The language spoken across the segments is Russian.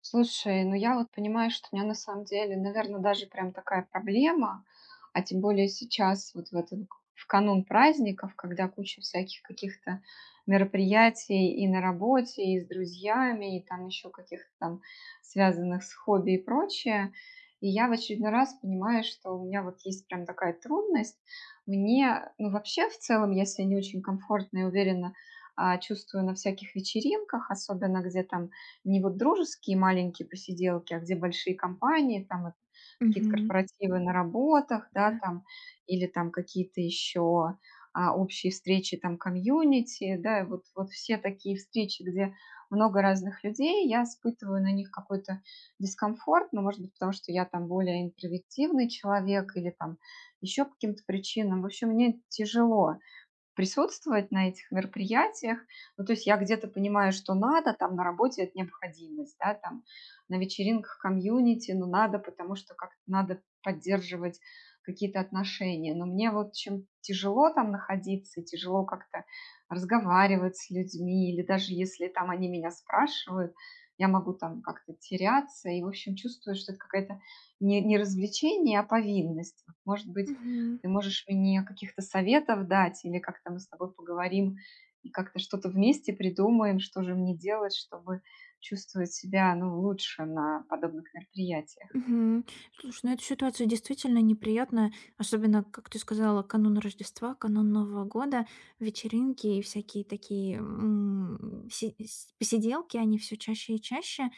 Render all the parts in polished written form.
Слушай, ну я вот понимаю, что у меня на самом деле, наверное, даже прям такая проблема, а тем более сейчас, вот в этот, в канун праздников, когда куча всяких каких-то мероприятий и на работе, и с друзьями, и там еще каких-то там связанных с хобби и прочее. И я в очередной раз понимаю, что у меня вот есть прям такая трудность. Мне, ну вообще в целом, я себя не очень комфортно и уверенно чувствую на всяких вечеринках, особенно где там не вот дружеские маленькие посиделки, а где большие компании, там это какие-то Мгм. корпоративы на работах, да, Да. там, или там какие-то еще общие встречи, там, комьюнити, да, и вот, вот все такие встречи, где много разных людей, я испытываю на них какой-то дискомфорт, ну, может быть, потому что я там более интровертивный человек или там еще по каким-то причинам. В общем, мне тяжело присутствовать на этих мероприятиях. Ну, то есть я где-то понимаю, что надо, там на работе это необходимость, да, там на вечеринках комьюнити, ну, надо, потому что как-то надо поддерживать какие-то отношения. Но мне вот чем тяжело там находиться, тяжело как-то разговаривать с людьми, или даже если там они меня спрашивают, я могу там как-то теряться и, в общем, чувствую, что это какая-то не развлечение, а повинность. Вот, может быть, Мгм. ты можешь мне каких-то советов дать или как-то мы с тобой поговорим и как-то что-то вместе придумаем, что же мне делать, чтобы чувствовать себя, ну, лучше на подобных мероприятиях. Мгм. Слушай, ну эта ситуация действительно неприятная, особенно, как ты сказала, канун Рождества, канун Нового года, вечеринки и всякие такие посиделки, они все чаще и чаще.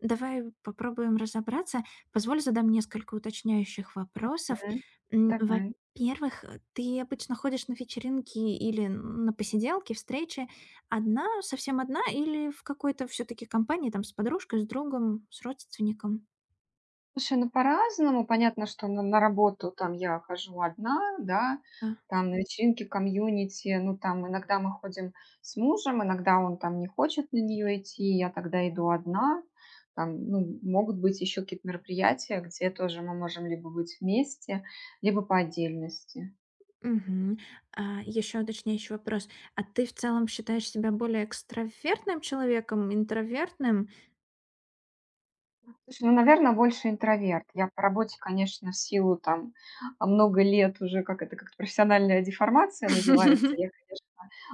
Давай попробуем разобраться. Позволь задам несколько уточняющих вопросов. Мгм. Давай. Во-первых, ты обычно ходишь на вечеринки или на посиделки, встречи одна, совсем одна, или в какой-то все-таки компании, там, с подружкой, с другом, с родственником? Слушай, ну по-разному. Понятно, что на работу там я хожу одна, да, Да. там на вечеринке комьюнити, ну там иногда мы ходим с мужем, иногда он там не хочет на нее идти, я тогда иду одна. Там, ну, могут быть еще какие-то мероприятия, где тоже мы можем либо быть вместе, либо по отдельности. Мгм. Еще уточняющий вопрос. А ты в целом считаешь себя более экстравертным человеком, интровертным? Слушай, ну, наверное, больше интроверт. Я по работе, конечно, в силу там, много лет уже, как это, как профессиональная деформация называется, я, конечно,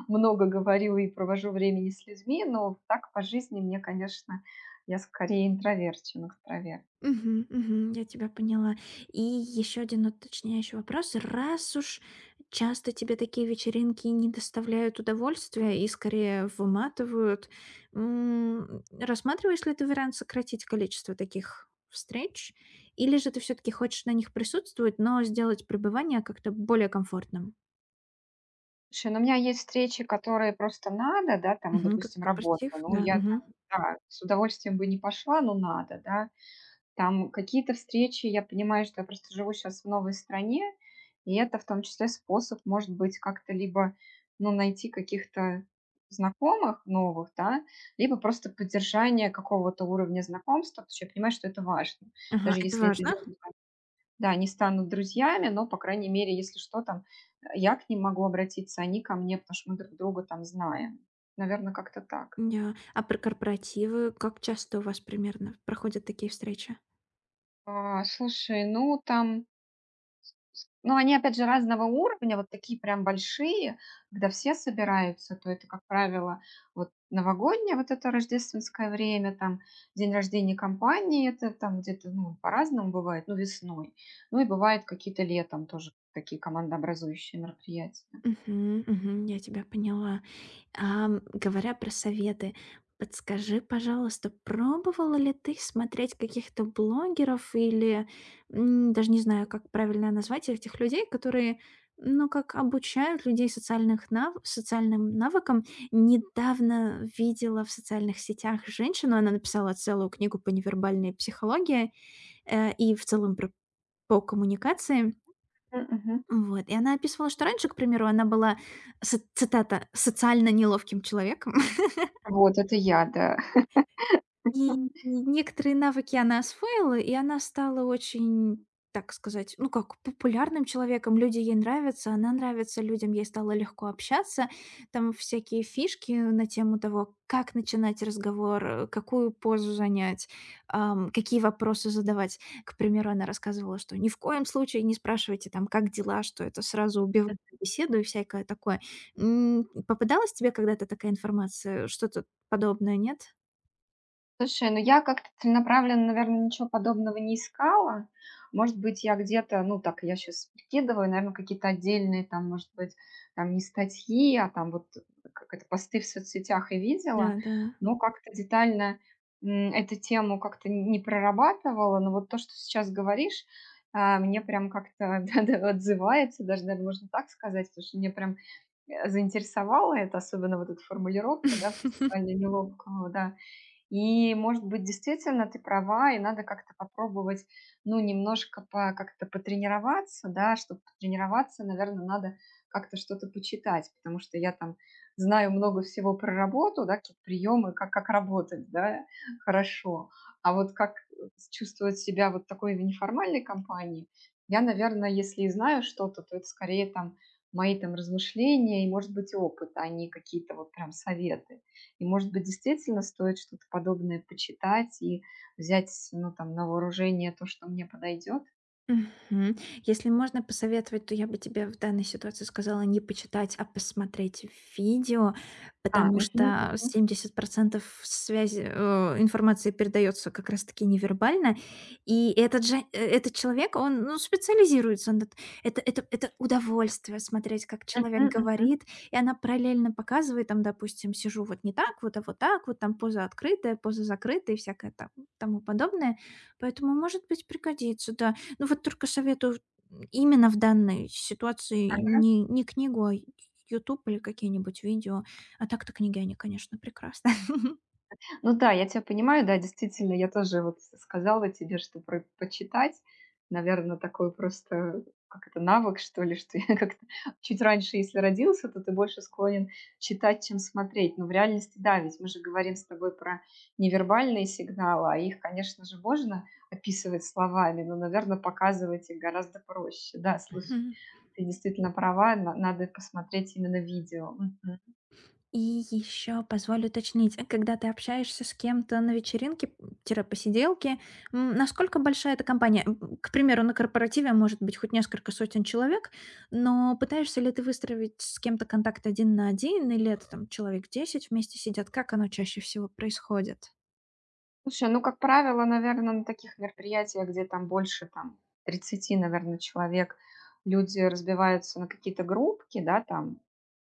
много говорю и провожу времени с людьми, но так по жизни мне, конечно, я скорее интроверт, чем экстраверт. Мгм, мгм, я тебя поняла. И еще один уточняющий вопрос. Раз уж часто тебе такие вечеринки не доставляют удовольствия и скорее выматывают, рассматриваешь ли ты вариант сократить количество таких встреч? Или же ты все-таки хочешь на них присутствовать, но сделать пребывание как-то более комфортным? Слушай, ну, у меня есть встречи, которые просто надо, да, там, Мгм. Как допустим, работа. корпоратив, Ну, да. я Мгм. там, да, с удовольствием бы не пошла, но надо, да. Там какие-то встречи, я понимаю, что я просто живу сейчас в новой стране, и это в том числе способ, может быть, как-то либо, ну, найти каких-то знакомых новых, да, либо просто поддержание какого-то уровня знакомства, потому что я понимаю, что это важно. Ага, Даже это если это важно. люди, да, не станут друзьями, но, по крайней мере, если что, там, я к ним могу обратиться, они ко мне, потому что мы друг друга там знаем. Наверное, как-то так. Да. А про корпоративы, как часто у вас примерно проходят такие встречи? А, слушай, ну, там ну, они, опять же, разного уровня, вот такие прям большие, когда все собираются, то это, как правило, вот новогоднее вот это рождественское время, там, день рождения компании, это там где-то, ну, по-разному бывает, ну, весной. Ну, и бывают какие-то летом тоже такие командообразующие мероприятия. Мгм, мгм, я тебя поняла. Говоря про советы, подскажи, пожалуйста, пробовала ли ты смотреть каких-то блогеров или, даже не знаю, как правильно назвать этих людей, которые, ну, как обучают людей социальных нав социальным навыкам? Недавно видела в социальных сетях женщину, она написала целую книгу по невербальной психологии, и в целом про по коммуникации. Мгм. Вот, и она описывала, что раньше, к примеру, она была, со цитата, "социально неловким человеком". Вот, это я, да. И некоторые навыки она освоила, и она стала очень, так сказать, ну как, популярным человеком. Люди ей нравятся, она нравится людям, ей стало легко общаться. Там всякие фишки на тему того, как начинать разговор, какую позу занять, какие вопросы задавать. К примеру, она рассказывала, что ни в коем случае не спрашивайте там, как дела, что это сразу убивает беседу и всякое такое. Попадалась тебе когда-то такая информация, что-то подобное, нет? Слушай, ну я как-то целенаправленно, наверное, ничего подобного не искала. Может быть, я где-то, ну так, я сейчас прикидываю, наверное, какие-то отдельные там, может быть, там не статьи, а там вот как это, посты в соцсетях и видела, Да, да. но как-то детально эту тему как-то не прорабатывала, но вот то, что сейчас говоришь, мне прям как-то да, да, отзывается, даже, наверное, можно так сказать, потому что мне прям заинтересовало это, особенно вот эта формулировка, да, процессуально неловкого, да. И, может быть, действительно ты права, и надо как-то попробовать, ну, немножко по, как-то потренироваться, да, чтобы потренироваться, наверное, надо как-то что-то почитать, потому что я там знаю много всего про работу, да, какие-то приемы, как работать, да, хорошо. А вот как чувствовать себя вот такой в неформальной компании, я, наверное, если и знаю что-то, то это скорее там мои там размышления и, может быть, опыт, а не какие-то вот прям советы. И, может быть, действительно стоит что-то подобное почитать и взять, ну, там, на вооружение то, что мне подойдет? Мгм. Если можно посоветовать, то я бы тебе в данной ситуации сказала не почитать, а посмотреть видео, А, потому мгм, что мгм, 70% связи, информации передается как раз-таки невербально. И этот человек, он, ну, специализируется. Это, удовольствие смотреть, как мгм, человек мгм. говорит, и она параллельно показывает, там, допустим, сижу вот не так, вот, а вот так, вот там поза открытая, поза закрытая и всякое там, тому подобное. Поэтому, может быть, пригодится, да. Ну вот только советую именно в данной ситуации Ага. не книгу, а YouTube или какие-нибудь видео. А так-то книги, они, конечно, прекрасны. Ну да, я тебя понимаю, да, действительно, я тоже вот сказала тебе, что про почитать, наверное, такой просто, как это, навык, что ли, что я как-то чуть раньше, если родился, то ты больше склонен читать, чем смотреть. Но в реальности, да, ведь мы же говорим с тобой про невербальные сигналы, а их, конечно же, можно описывать словами, но, наверное, показывать их гораздо проще. Да, слушай, Мгм. ты действительно права, надо посмотреть именно видео. Мгм. И еще позволь уточнить, когда ты общаешься с кем-то на вечеринке, посиделке, насколько большая эта компания? К примеру, на корпоративе может быть хоть несколько сотен человек, но пытаешься ли ты выстроить с кем-то контакт один на один, или это там человек 10 вместе сидят? Как оно чаще всего происходит? Слушай, ну, как правило, наверное, на таких мероприятиях, где там больше там тридцати, наверное, человек, люди разбиваются на какие-то группки, да, там,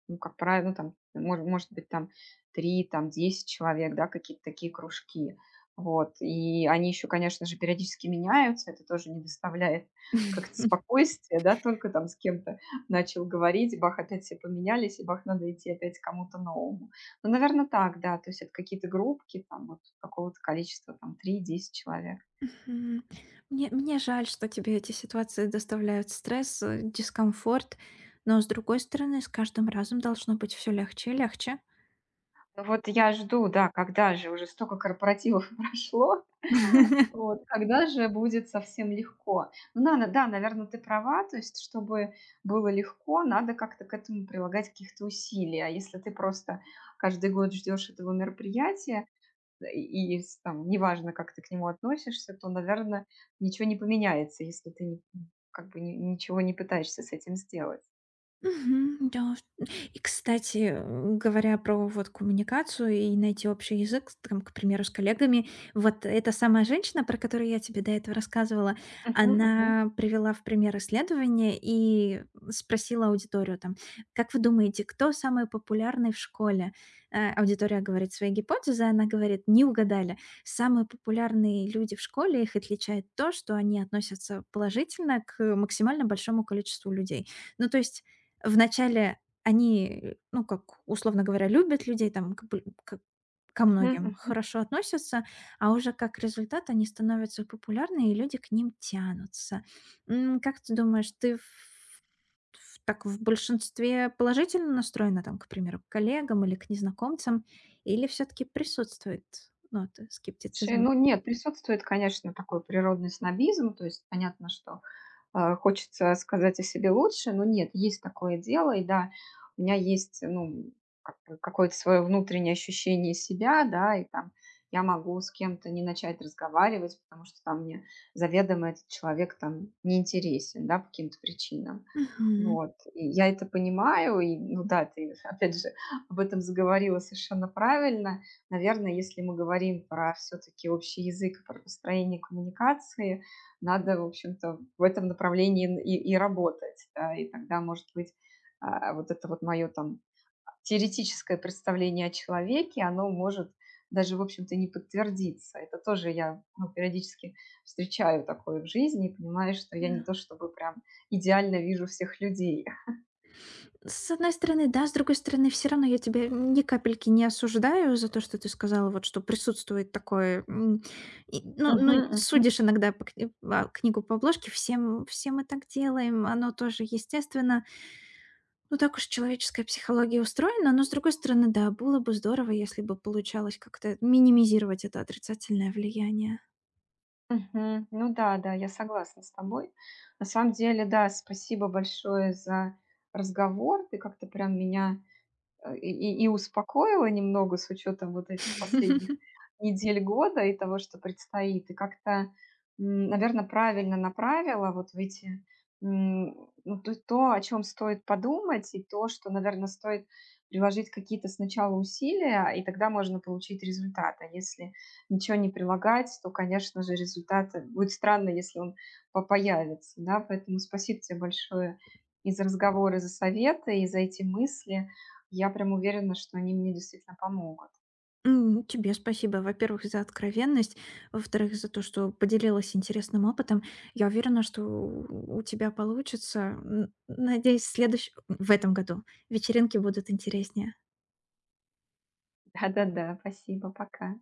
ну, как правило, ну там, может быть, там 3, там 10 человек, да, какие-то такие кружки. Вот, и они еще, конечно же, периодически меняются, это тоже не доставляет как-то спокойствия, да, только там с кем-то начал говорить, бах, опять все поменялись, и бах, надо идти опять к кому-то новому. Ну, наверное, так, да. То есть это какие-то группки там вот какого-то количества, там три-десять человек. Мгм. Мне жаль, что тебе эти ситуации доставляют стресс, дискомфорт, но, с другой стороны, с каждым разом должно быть все легче и легче. Ну, вот я жду, да, когда же уже столько корпоративов прошло, вот, когда же будет совсем легко. Ну, надо, да, наверное, ты права, то есть чтобы было легко, надо как-то к этому прилагать каких-то усилий. А если ты просто каждый год ждешь этого мероприятия, и там неважно, как ты к нему относишься, то, наверное, ничего не поменяется, если ты не как бы ни ничего не пытаешься с этим сделать. Мгм, да. И, кстати, говоря про вот коммуникацию и найти общий язык, там, к примеру, с коллегами, вот эта самая женщина, про которую я тебе до этого рассказывала, Мгм, мгм, она привела в пример исследование и спросила аудиторию там, как вы думаете, кто самый популярный в школе? Аудитория говорит свои гипотезы, она говорит, не угадали. Самые популярные люди в школе, их отличает то, что они относятся положительно к максимально большому количеству людей. Ну, то есть вначале они, ну, как, условно говоря, любят людей, там, как бы, к ко мгм, многим мгм. хорошо относятся, а уже как результат они становятся популярны, и люди к ним тянутся. Как ты думаешь, ты в так в большинстве положительно настроена, там, к примеру, к коллегам или к незнакомцам, или все таки присутствует нота Слушай, скептицизма? ну нет, присутствует, конечно, такой природный снобизм. То есть понятно, что хочется сказать о себе лучше, но нет, есть такое дело, и да, у меня есть, ну, как бы какое-то свое внутреннее ощущение себя, да, и там я могу с кем-то не начать разговаривать, потому что там мне заведомо этот человек там неинтересен, да, по каким-то причинам. Мгм. Вот, и я это понимаю, и, ну да, ты, опять же, об этом заговорила совершенно правильно. Наверное, если мы говорим про все-таки общий язык, про построение коммуникации, надо, в общем-то, в этом направлении и работать. Да, и тогда, может быть, вот это вот мое там теоретическое представление о человеке, оно может даже, в общем-то, не подтвердиться. Это тоже я ну, периодически встречаю такое в жизни и понимаю, что я не Да. то чтобы прям идеально вижу всех людей. С одной стороны, да, с другой стороны, все равно я тебя ни капельки не осуждаю за то, что ты сказала, вот что присутствует такое. Ну, ну, Мгм, мгм. судишь иногда книгу по обложке, всем, все мы так делаем, оно тоже естественно. Ну, так уж человеческая психология устроена, но, с другой стороны, да, было бы здорово, если бы получалось как-то минимизировать это отрицательное влияние. Мгм. Ну да, да, я согласна с тобой. На самом деле, да, спасибо большое за разговор. Ты как-то прям меня и успокоило немного с учетом вот этих последних недель года и того, что предстоит. И как-то, наверное, правильно направила вот в эти, ну, то, то, о чем стоит подумать, и то, что, наверное, стоит приложить какие-то сначала усилия, и тогда можно получить результат. А если ничего не прилагать, то, конечно же, результат будет странно, если он появится. Да? Поэтому спасибо тебе большое и за разговоры, за советы, и за эти мысли. Я прям уверена, что они мне действительно помогут. Тебе спасибо, во-первых, за откровенность, во-вторых, за то, что поделилась интересным опытом. Я уверена, что у тебя получится. Надеюсь, в этом году вечеринки будут интереснее. Да-да-да, спасибо, пока.